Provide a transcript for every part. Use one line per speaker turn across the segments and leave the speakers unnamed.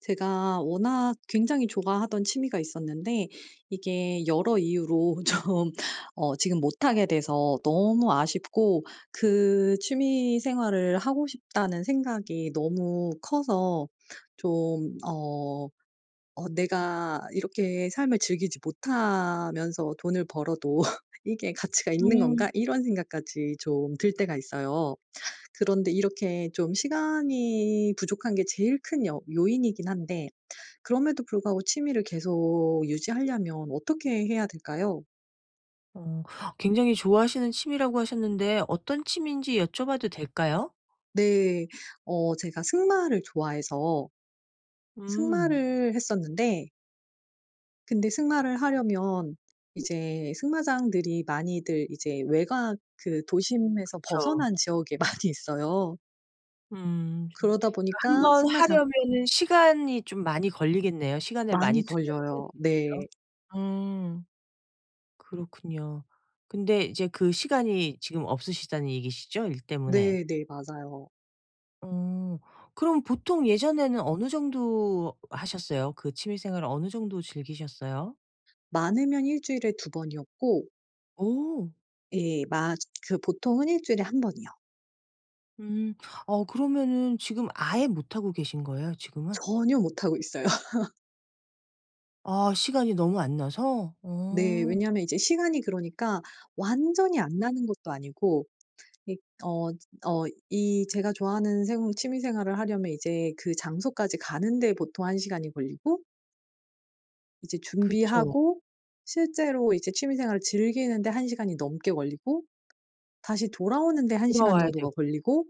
제가 워낙 굉장히 좋아하던 취미가 있었는데 이게 여러 이유로 좀 지금 못하게 돼서 너무 아쉽고 그 취미 생활을 하고 싶다는 생각이 너무 커서 좀 내가 이렇게 삶을 즐기지 못하면서 돈을 벌어도 '이게 가치가 있는
음.
건가?' 이런 생각까지 좀 들 때가 있어요. 그런데 이렇게 좀 시간이 부족한 게 제일 큰 요인이긴 한데, 그럼에도 불구하고 취미를 계속 유지하려면 어떻게 해야 될까요?
어 굉장히 좋아하시는 취미라고 하셨는데 어떤 취미인지 여쭤봐도 될까요?
네. 제가 승마를 좋아해서
음.
승마를 했었는데, 근데 승마를 하려면 이제 승마장들이 많이들 이제 외곽 그 도심에서
그쵸.
벗어난 지역에 많이 있어요.
음.
그러다 보니까
한번
승마장
하려면은 시간이 좀 많이 걸리겠네요. 시간을
많이
많이 투자를 해야
걸려요. 네.
되겠네요. 음. 그렇군요. 근데 이제 그 시간이 지금 없으시다는 얘기시죠? 일 때문에?
네네, 맞아요.
어. 그럼 보통 예전에는 어느 정도 하셨어요? 그 취미 생활을 어느 정도 즐기셨어요?
많으면 일 주일에 두 번이었고,
오.
예 마 그 보통은 일 주일에 한 번이요.
음. 어 그러면은 지금 아예 못 하고 계신 거예요 지금은?
전혀 못하고 있어요.
아 시간이 너무 안 나서?
네.
어.
왜냐하면 이제 시간이 그러니까 완전히 안 나는 것도 아니고, 이 어 어 이 제가 좋아하는 생 취미 생활을 하려면 이제 그 장소까지 가는 데 보통 한 시간이 걸리고, 이제
그쵸.
준비하고 실제로 이제 취미 생활을 즐기는 데 한 시간이 넘게 걸리고, 다시 돌아오는 데 1시간
돌아와야 되고.
정도가 걸리고.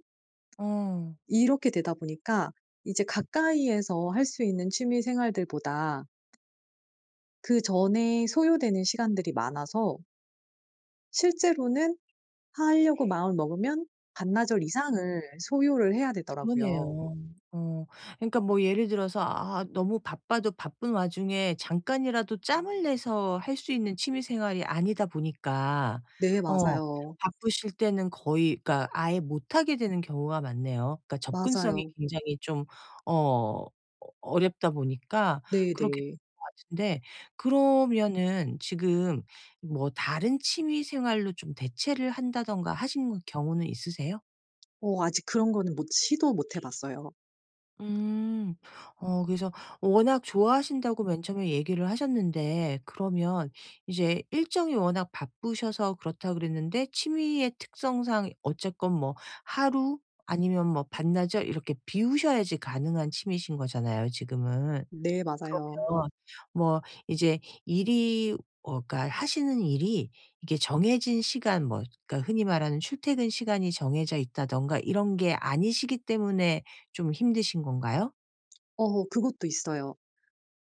어.
이렇게 되다 보니까 이제 가까이에서 할 수 있는 취미 생활들보다 그전에 소요되는 시간들이 많아서, 실제로는 하려고 마음을 먹으면 반나절 이상을 소요를 해야 되더라고요.
그러네요. 어. 그러니까 뭐 예를 들어서 아 너무 바빠도 바쁜 와중에 잠깐이라도 짬을 내서 할 수 있는 취미 생활이 아니다 보니까
네
어
맞아요.
바쁘실 때는 거의 그러니까 아예 못 하게 되는 경우가 많네요. 그러니까 접근성이
맞아요.
굉장히 좀 어 어렵다 보니까 그렇게 되는
네네.
것 같은데 그러면은 지금 뭐 다른 취미 생활로 좀 대체를 한다든가 하신 경우는 있으세요?
아직 그런 거는 못 시도 못해 봤어요.
음. 어 그래서 워낙 좋아하신다고 맨 처음에 얘기를 하셨는데 그러면 이제 일정이 워낙 바쁘셔서 그렇다 그랬는데 취미의 특성상 어쨌건 뭐 하루 아니면 뭐 반나절 이렇게 비우셔야지 가능한 취미신 거잖아요 지금은.
네 맞아요.
그러면 뭐 이제 일이 어 그러니까 하시는 일이 이게 정해진 시간 뭐 그러니까 흔히 말하는 출퇴근 시간이 정해져 있다든가 이런 게 아니시기 때문에 좀 힘드신 건가요?
그것도 있어요.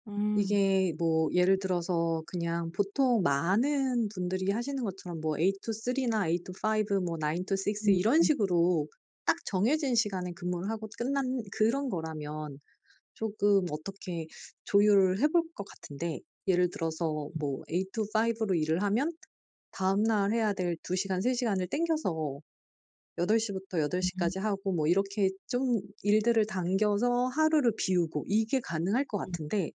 음.
이게 뭐 예를 들어서 그냥 보통 많은 분들이 하시는 것처럼 뭐 8 to 3 나 8 to 5뭐 나인 to 6
음.
이런 식으로 딱 정해진 시간에 근무를 하고 끝난 그런 거라면 조금 어떻게 조율을 해볼 것 같은데. 예를 들어서
음.
뭐 8 to 5 로 일을 하면 다음날 해야 될 2 시간, 3 시간을 땡겨서 8 시부터 8 시까지 하고 뭐 이렇게 좀 일들을 당겨서 하루를 비우고 이게 가능할 것
음.
같은데,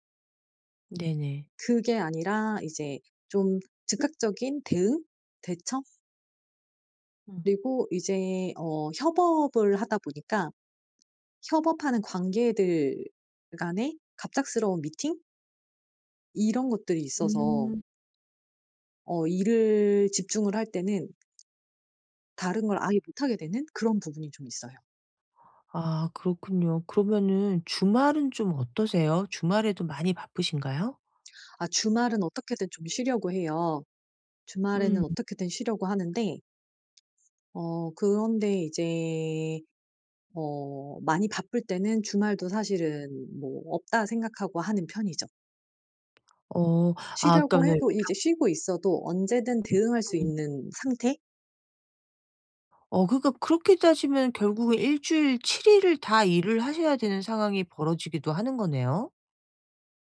네네.
그게 아니라 이제 좀 즉각적인 대응, 대처,
음.
그리고 이제 협업을 하다 보니까 협업하는 관계들 간의 갑작스러운 미팅 이런 것들이 있어서
음.
일을 집중을 할 때는 다른 걸 아예 못하게 되는 그런 부분이 좀 있어요.
아 그렇군요. 그러면은 주말은 좀 어떠세요? 주말에도 많이 바쁘신가요?
아, 주말은 어떻게든 좀 쉬려고 해요. 주말에는
음.
어떻게든 쉬려고 하는데, 그런데 이제 많이 바쁠 때는 주말도 사실은 뭐 없다 생각하고 하는 편이죠.
어. 아
쉬려고
아까는
해도 이제 쉬고 있어도 언제든 대응할 수 있는 상태?
어 그러니까 그렇게 따지면 결국은 일 주일 7 일을 다 일을 하셔야 되는 상황이 벌어지기도 하는 거네요?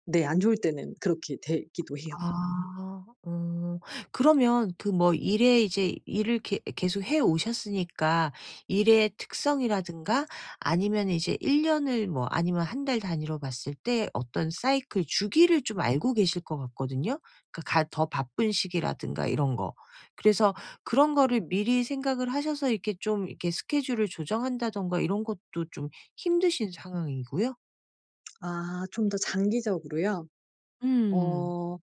네, 안 좋을 때는 그렇게 되기도 해요.
아. 어. 그러면 그 뭐 일에 이제 일을 계 계속 해 오셨으니까 일의 특성이라든가 아니면 이제 1 년을 뭐 아니면 한 달 단위로 봤을 때 어떤 사이클 주기를 좀 알고 계실 것 같거든요. 그러니까 가 더 바쁜 시기라든가 이런 거. 그래서 그런 거를 미리 생각을 하셔서 이렇게 좀 이렇게 스케줄을 조정한다든가 이런 것도 좀 힘드신 상황이고요.
아, 좀 더 장기적으로요?
음.
어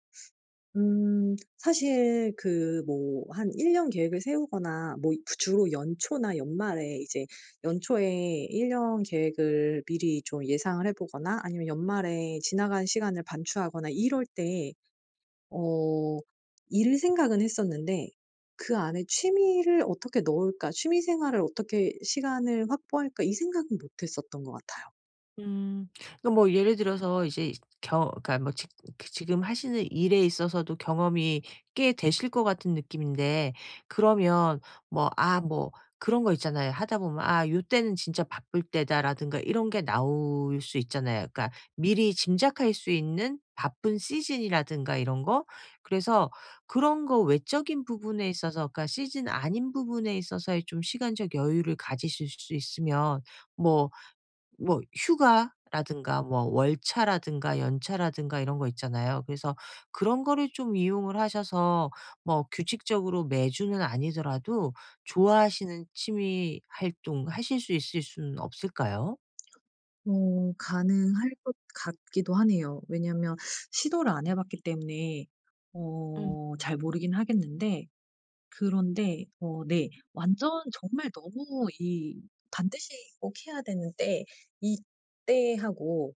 사실 그 뭐 한 1 년 계획을 세우거나 뭐 주로 연초나 연말에 이제 연초에 1년 계획을 미리 좀 예상을 해 보거나 아니면 연말에 지나간 시간을 반추하거나 이럴 때 어 일을 생각은 했었는데, 그 안에 '취미를 어떻게 넣을까? 취미 생활을 어떻게 시간을 확보할까?' 이 생각은 못 했었던 것 같아요.
음. 그러니까 뭐 예를 들어서 이제 겨 그러니까 뭐 직 그 지금 하시는 일에 있어서도 경험이 꽤 되실 것 같은 느낌인데 그러면 뭐 아 뭐 그런 거 있잖아요. 하다 보면 '아 요때는 진짜 바쁠 때다.'라든가 이런 게 나올 수 있잖아요. 그러니까 미리 짐작할 수 있는 바쁜 시즌이라든가 이런 거. 그래서 그런 거 외적인 부분에 있어서 그러니까 시즌 아닌 부분에 있어서의 좀 시간적 여유를 가지실 수 있으면 뭐 뭐 휴가라든가 뭐 월차라든가 연차라든가 이런 거 있잖아요. 그래서 그런 거를 좀 이용을 하셔서 뭐 규칙적으로 매주는 아니더라도 좋아하시는 취미 활동 하실 수 있을 수는 없을까요?
가능할 것 같기도 하네요. 왜냐면 시도를 안 해 봤기 때문에
음.
잘 모르긴 하겠는데, 그런데 네, 완전 정말 너무 이 반드시 꼭 해야 되는데 이때하고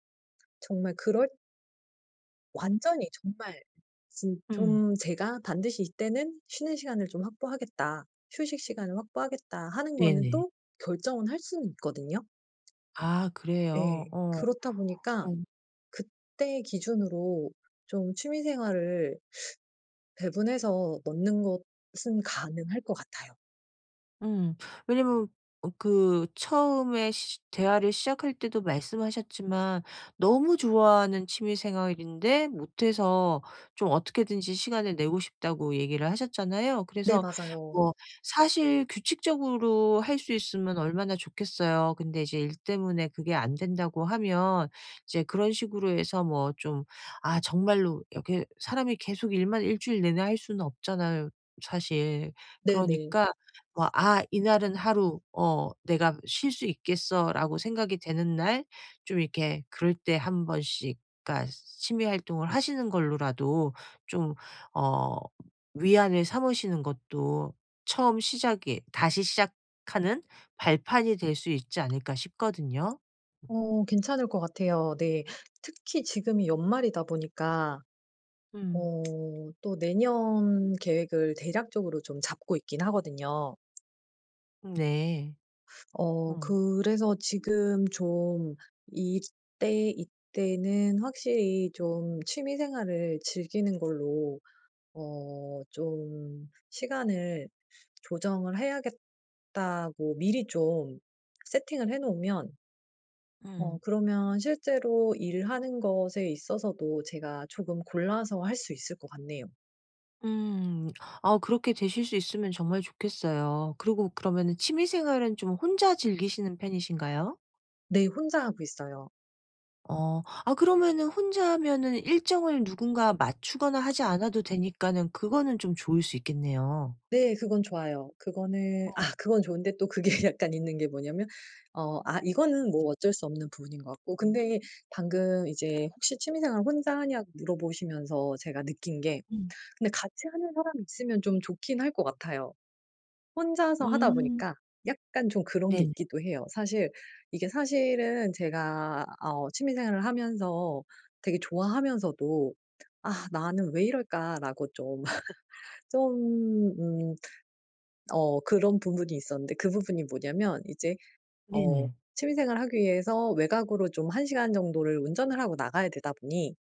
정말 그럴 완전히 정말 진
음.
좀 제가 '반드시 이때는 쉬는 시간을 좀 확보하겠다. 휴식 시간을 확보하겠다.' 하는 거는
네네.
또 결정은 할 수는 있거든요.
아
예.
그래요. 어.
그렇다 보니까
어.
그때 기준으로 좀 취미 생활을 배분해서 넣는 것은 가능할 것 같아요.
음. 왜냐면 어 그 처음에 시 대화를 시작할 때도 말씀하셨지만 너무 좋아하는 취미 생활인데 못해서 좀 어떻게든지 시간을 내고 싶다고 얘기를 하셨잖아요.
네
그래서
맞아요.
뭐 사실 규칙적으로 할 수 있으면 얼마나 좋겠어요. 근데 이제 일 때문에 그게 안 된다고 하면 이제 그런 식으로 해서 뭐 좀 아 정말로 이렇게 사람이 계속 일만 일주일 내내 할 수는 없잖아요 사실.
네네.
그러니까 뭐 '아 이날은 하루 어 내가 쉴 수 있겠어.'라고 생각이 되는 날 좀 이렇게 그럴 때 한 번씩 그러니까 취미 활동을 하시는 걸로라도 좀 어 위안을 삼으시는 것도 처음 시작이 다시 시작하는 발판이 될 수 있지 않을까 싶거든요.
괜찮을 것 같아요. 네. 특히 지금이 연말이다 보니까
음.
어 또 내년 계획을 대략적으로 좀 잡고 있긴 하거든요.
네. 어.
그래서 지금 좀 이때는 확실히 좀 취미 생활을 즐기는 걸로 좀 시간을 조정을 해야겠다고 미리 좀 세팅을 해 놓으면,
음.
그러면 실제로 일하는 것에 있어서도 제가 조금 골라서 할 수 있을 것 같네요.
음. 아 그렇게 되실 수 있으면 정말 좋겠어요. 그리고 그러면은 취미 생활은 좀 혼자 즐기시는 편이신가요?
네, 혼자 하고 있어요.
어. 아 그러면은 혼자 하면은 일정을 누군가 맞추거나 하지 않아도 되니까는 그거는 좀 좋을 수 있겠네요.
네, 그건 좋아요. 그거는 아 그건 좋은데, 또 그게 약간 있는 게 뭐냐면, 이거는 뭐 어쩔 수 없는 부분인 것 같고. 근데 방금 이제 혹시 취미생활 혼자 하냐고 물어보시면서 제가 느낀 게,
음.
근데 같이 하는 사람이 있으면 좀 좋긴 할 것 같아요. 혼자서 하다
음.
보니까 약간 좀 그런 게
네네.
있기도 해요, 사실. 이게 사실은 제가 취미 생활을 하면서 되게 좋아하면서도 '아, 나는 왜 이럴까.'라고 좀 좀 음 그런 부분이 있었는데, 그 부분이 뭐냐면 이제 어
네네.
취미 생활을 하기 위해서 외곽으로 좀 1 시간 정도를 운전을 하고 나가야 되다 보니,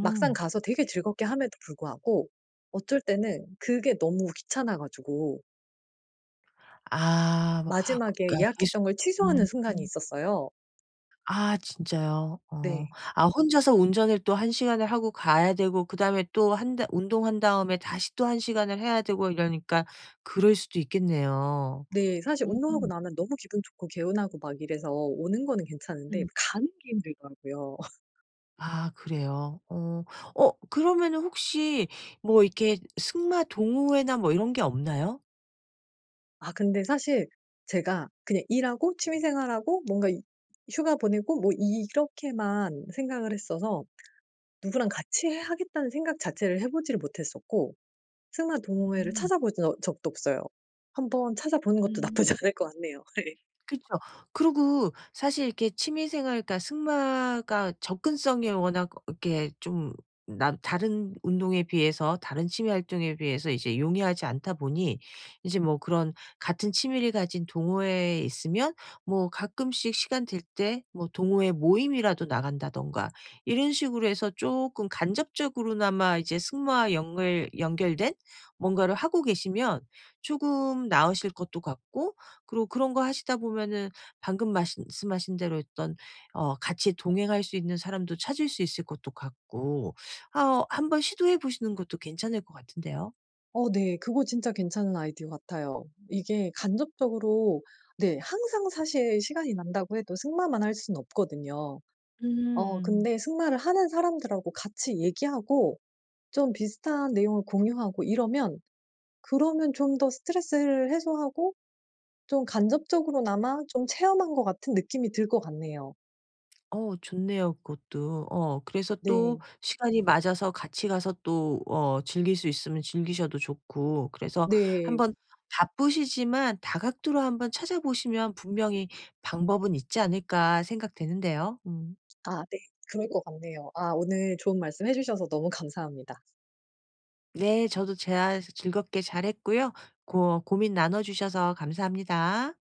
막상 가서 되게 즐겁게 함에도 불구하고 어쩔 때는 그게 너무 귀찮아 가지고
아 뭐
마지막에
그러니까 계속
예약했던 걸 취소하는
음.
순간이 있었어요.
아 진짜요? 어.
네.
아 혼자서 운전을 또 한 시간을 하고 가야 되고 그다음에 또 한 다 운동한 다음에 다시 또 한 시간을 해야 되고 이러니까 그럴 수도 있겠네요.
네. 사실 운동하고 나면 너무 기분 좋고 개운하고 막 이래서 오는 거는 괜찮은데
음.
가는 게 힘들더라고요.
아 그래요? 어. 어 그러면은 혹시 뭐 이렇게 승마 동호회나 뭐 이런 게 없나요?
아 근데 사실 제가 그냥 일하고 취미 생활하고 뭔가 이 휴가 보내고 뭐 이렇게만 생각을 했어서 누구랑 같이 해 하겠다는 생각 자체를 해 보지를 못했었고 승마 동호회를
음.
찾아본 적도 없어요. 한번 찾아보는 것도
음.
나쁘지 않을 것 같네요. 예.
그쵸. 그리고 사실 이렇게 취미 생활과 승마가 접근성이 워낙 이렇게 좀 남 다른 운동에 비해서 다른 취미 활동에 비해서 이제 용이하지 않다 보니 이제 뭐 그런 같은 취미를 가진 동호회에 있으면 뭐 가끔씩 시간 될 때 뭐 동호회 모임이라도 나간다든가 이런 식으로 해서 조금 간접적으로나마 이제 승마와 연결된 뭔가를 하고 계시면 조금 나으실 것도 같고 그리고 그런 거 하시다 보면은 방금 말씀하신 대로 어떤 어 같이 동행할 수 있는 사람도 찾을 수 있을 것도 같고 아 한번 시도해 보시는 것도 괜찮을 것 같은데요.
네, 그거 진짜 괜찮은 아이디어 같아요. 이게 간접적으로, 네, 항상 사실 시간이 난다고 해도 승마만 할 수는 없거든요.
음.
근데 승마를 하는 사람들하고 같이 얘기하고 좀 비슷한 내용을 공유하고 이러면, 그러면 좀 더 스트레스를 해소하고 좀 간접적으로나마 좀 체험한 것 같은 느낌이 들 것 같네요.
어 좋네요 그것도. 어 그래서
네.
또 시간이 맞아서 같이 가서 또 어 즐길 수 있으면 즐기셔도 좋고 그래서
네.
한번 바쁘시지만 다각도로 한번 찾아보시면 분명히 방법은 있지 않을까 생각되는데요. 음.
아 네, 그럴 것 같네요. 아, 오늘 좋은 말씀 해 주셔서 너무 감사합니다.
네. 저도 제가 즐겁게 잘했고요. 고 고민 나눠 주셔서 감사합니다.